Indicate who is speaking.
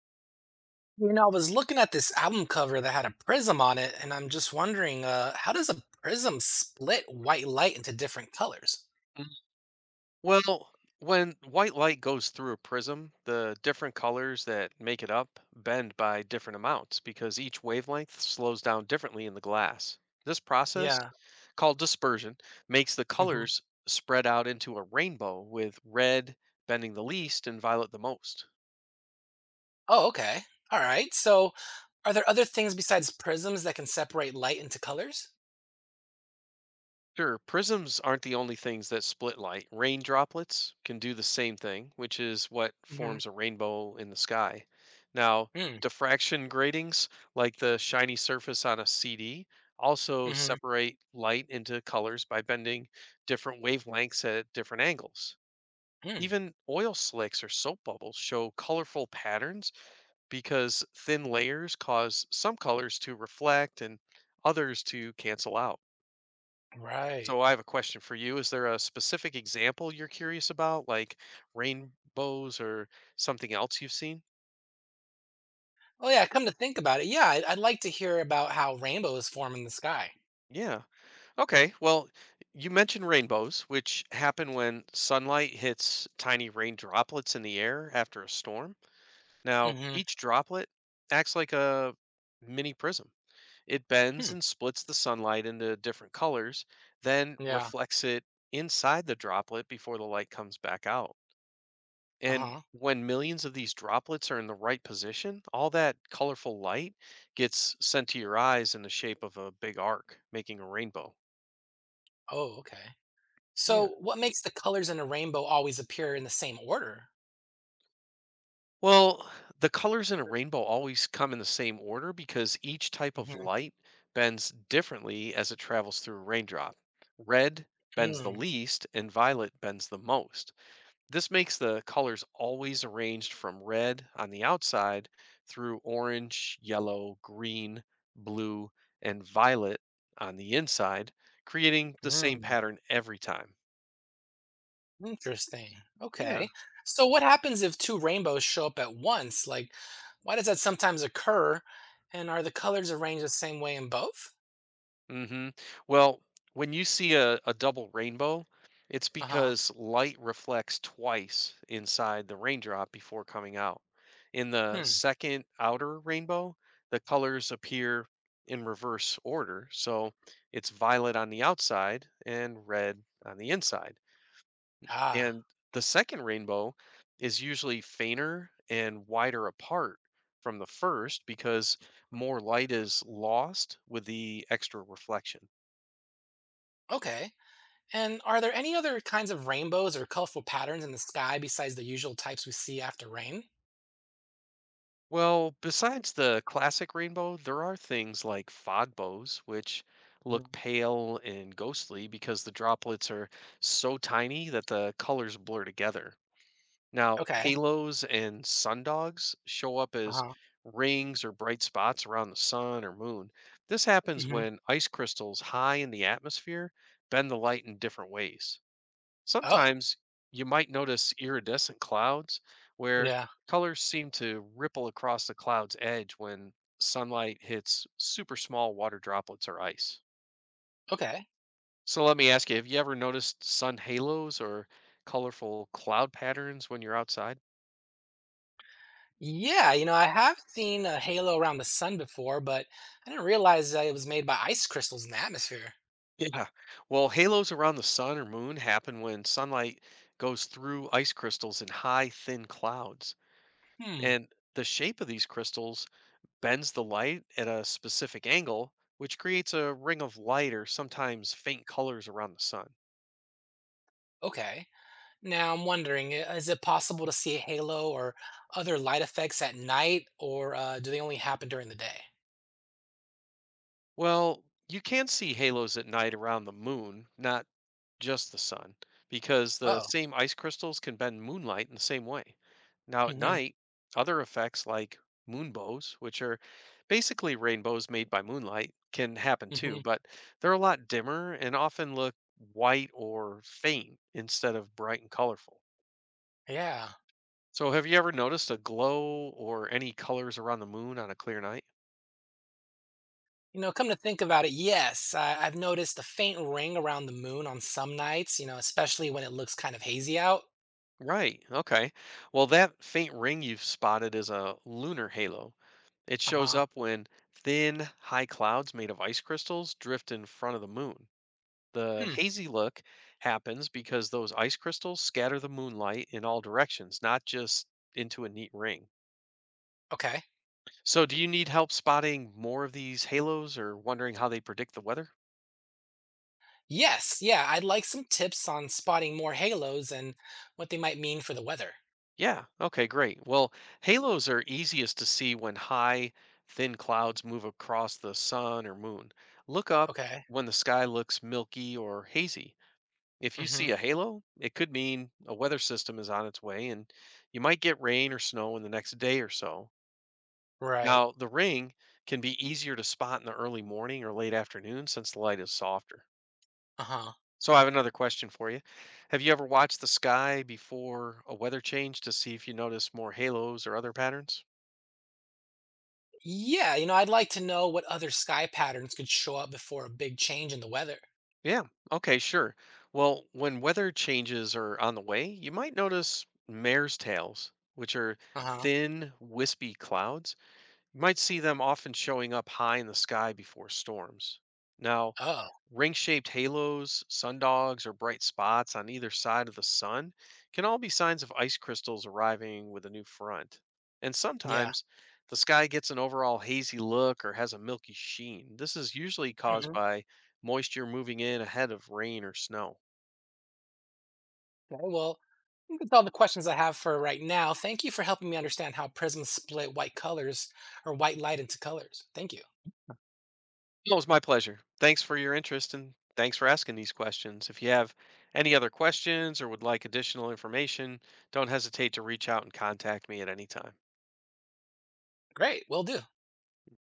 Speaker 1: I was looking at this album cover that had a prism on it, and I'm just wondering, how does a prism split white light into different colors?
Speaker 2: Mm, Well, when white light goes through a prism, the different colors that make it up bend by different amounts because each wavelength slows down differently in the glass. This process,
Speaker 1: Yeah.
Speaker 2: called dispersion, makes the
Speaker 1: Hmm.
Speaker 2: colors spread out into a rainbow with red bending the least and violet the most.
Speaker 1: Oh, okay. All right. So, are there other things besides prisms that can separate light into colors?
Speaker 2: Sure, prisms aren't the only things that split light. Rain droplets can do the same thing, which is what
Speaker 1: Mm-hmm.
Speaker 2: forms a rainbow in the sky. Now,
Speaker 1: Hmm.
Speaker 2: diffraction gratings, like the shiny surface on a CD, also
Speaker 1: Mm-hmm. Mm.
Speaker 2: separate light into colors by bending different wavelengths at different angles.
Speaker 1: Mhm, mm.
Speaker 2: Even oil slicks or soap bubbles show colorful patterns because thin layers cause some colors to reflect and others to cancel out.
Speaker 1: Right.
Speaker 2: So I have a question for you. Is there a specific example you're curious about, like rainbows or something else you've seen?
Speaker 1: Oh yeah, come to think about it, yeah, I'd like to hear about how rainbows form in the sky.
Speaker 2: Yeah. Okay. Well, you mentioned rainbows, which happen when sunlight hits tiny rain droplets in the air after a storm. Now,
Speaker 1: Hmm.
Speaker 2: each droplet acts like a mini prism. It bends
Speaker 1: Hmm.
Speaker 2: and splits the sunlight into different colors, then
Speaker 1: Yeah.
Speaker 2: reflects it inside the droplet before the light comes back out.
Speaker 1: Uh
Speaker 2: And
Speaker 1: huh.
Speaker 2: when millions of these droplets are in the right position, all that colorful light gets sent to your eyes in the shape of a big arc, making a rainbow.
Speaker 1: Oh, okay.
Speaker 2: Yeah.
Speaker 1: So, what makes the colors in a rainbow always appear in the same order?
Speaker 2: Well, the colors in a rainbow always come in the same order because each type of
Speaker 1: Mm-hmm.
Speaker 2: light bends differently as it travels through a raindrop. Red bends the
Speaker 1: Mm.
Speaker 2: least, and violet bends the most. This makes the colors always arranged from red on the outside through orange, yellow, green, blue, and violet on the inside, creating the same
Speaker 1: Mm.
Speaker 2: pattern every time.
Speaker 1: Interesting.
Speaker 2: Yeah.
Speaker 1: Okay. So, what happens if two rainbows show up at once? Like, why does that sometimes occur? And are the colors arranged the same way in both?
Speaker 2: hmm Well, when you see a double rainbow, it's
Speaker 1: Uh huh.
Speaker 2: because light reflects twice inside the raindrop before coming out. In the
Speaker 1: Hmm.
Speaker 2: second outer rainbow, the colors appear in reverse order. So it's violet on the outside and red on the inside.
Speaker 1: Ah.
Speaker 2: And the second rainbow is usually fainter and wider apart from the first because more light is lost with the extra reflection.
Speaker 1: Okay. And are there any other kinds of rainbows or colorful patterns in the sky besides the usual types we see after rain?
Speaker 2: Well, besides the classic rainbow, there are things like fog bows, which
Speaker 1: Mm.
Speaker 2: look pale and ghostly because the droplets are so tiny that the colors blur together. Now,
Speaker 1: Okay.
Speaker 2: halos and sundogs show up as
Speaker 1: Uh-huh.
Speaker 2: rings or bright spots around the sun or moon. This happens
Speaker 1: Hmm.
Speaker 2: when ice crystals high in the atmosphere bend the light in different ways.
Speaker 1: Oh,
Speaker 2: Sometimes you might notice iridescent clouds where
Speaker 1: yeah.
Speaker 2: colors seem to ripple across the cloud's edge when sunlight hits super small water droplets or ice.
Speaker 1: Okay.
Speaker 2: So let me ask you, have you ever noticed sun halos or colorful cloud patterns when you're outside?
Speaker 1: Yeah, I have seen a halo around the sun before, but I didn't realize that it was made by ice crystals in the atmosphere.
Speaker 2: Yeah. Well, halos around the sun or moon happen when sunlight goes through ice crystals in high, thin clouds.
Speaker 1: Hmm.
Speaker 2: And the shape of these crystals bends the light at a specific angle, which creates a ring of light or sometimes faint colors around the sun.
Speaker 1: Okay. Now I'm wondering, is it possible to see a halo or other light effects at night, or do they only happen during the day?
Speaker 2: Well, you can see halos at night around the moon, not just the sun, because the
Speaker 1: Oh.
Speaker 2: same ice crystals can bend moonlight in the same way. Now, at
Speaker 1: Hmm.
Speaker 2: night, other effects like moonbows, which are basically rainbows made by moonlight, can happen too,
Speaker 1: Hmm.
Speaker 2: but they're a lot dimmer and often look white or faint instead of bright and colorful.
Speaker 1: Yeah.
Speaker 2: So, have you ever noticed a glow or any colors around the moon on a clear night?
Speaker 1: Come to think about it, yes, I've noticed a faint ring around the moon on some nights, especially when it looks kind of hazy out.
Speaker 2: Right. Okay. Well, that faint ring you've spotted is a lunar halo. It
Speaker 1: Uh
Speaker 2: shows
Speaker 1: huh.
Speaker 2: up when thin, high clouds made of ice crystals drift in front of the moon. The
Speaker 1: Hmm.
Speaker 2: hazy look happens because those ice crystals scatter the moonlight in all directions, not just into a neat ring.
Speaker 1: Okay.
Speaker 2: So, do you need help spotting more of these halos or wondering how they predict the weather?
Speaker 1: Yes, yeah, I'd like some tips on spotting more halos and what they might mean for the weather.
Speaker 2: Yeah. Okay, great. Well, halos are easiest to see when high, thin clouds move across the sun or moon. Look up
Speaker 1: Okay.
Speaker 2: when the sky looks milky or hazy. If
Speaker 1: Mm
Speaker 2: you
Speaker 1: hmm.
Speaker 2: see a halo, it could mean a weather system is on its way and you might get rain or snow in the next day or so.
Speaker 1: Right.
Speaker 2: Now, the ring can be easier to spot in the early morning or late afternoon since the light is softer.
Speaker 1: Uh huh.
Speaker 2: So I have another question for you. Have you ever watched the sky before a weather change to see if you notice more halos or other patterns?
Speaker 1: Yeah, I'd like to know what other sky patterns could show up before a big change in the weather.
Speaker 2: Yeah. Okay, sure. Well, when weather changes are on the way, you might notice mare's tails, which are
Speaker 1: Uh huh.
Speaker 2: thin, wispy clouds You might see them often showing up high in the sky before storms. Now,
Speaker 1: Oh,
Speaker 2: ring shaped halos, sundogs, or bright spots on either side of the sun can all be signs of ice crystals arriving with a new front. And
Speaker 1: yeah.
Speaker 2: sometimes the sky gets an overall hazy look or has a milky sheen. This is usually caused
Speaker 1: Mm-hmm.
Speaker 2: by moisture moving in ahead of rain or snow.
Speaker 1: Okay, well, I think that's all the questions I have for right now. Thank you for helping me understand how prisms split white light into colors. Thank you.
Speaker 2: No, it was my pleasure. Thanks for your interest and thanks for asking these questions. If you have any other questions or would like additional information, don't hesitate to reach out and contact me at any time.
Speaker 1: Great, will do.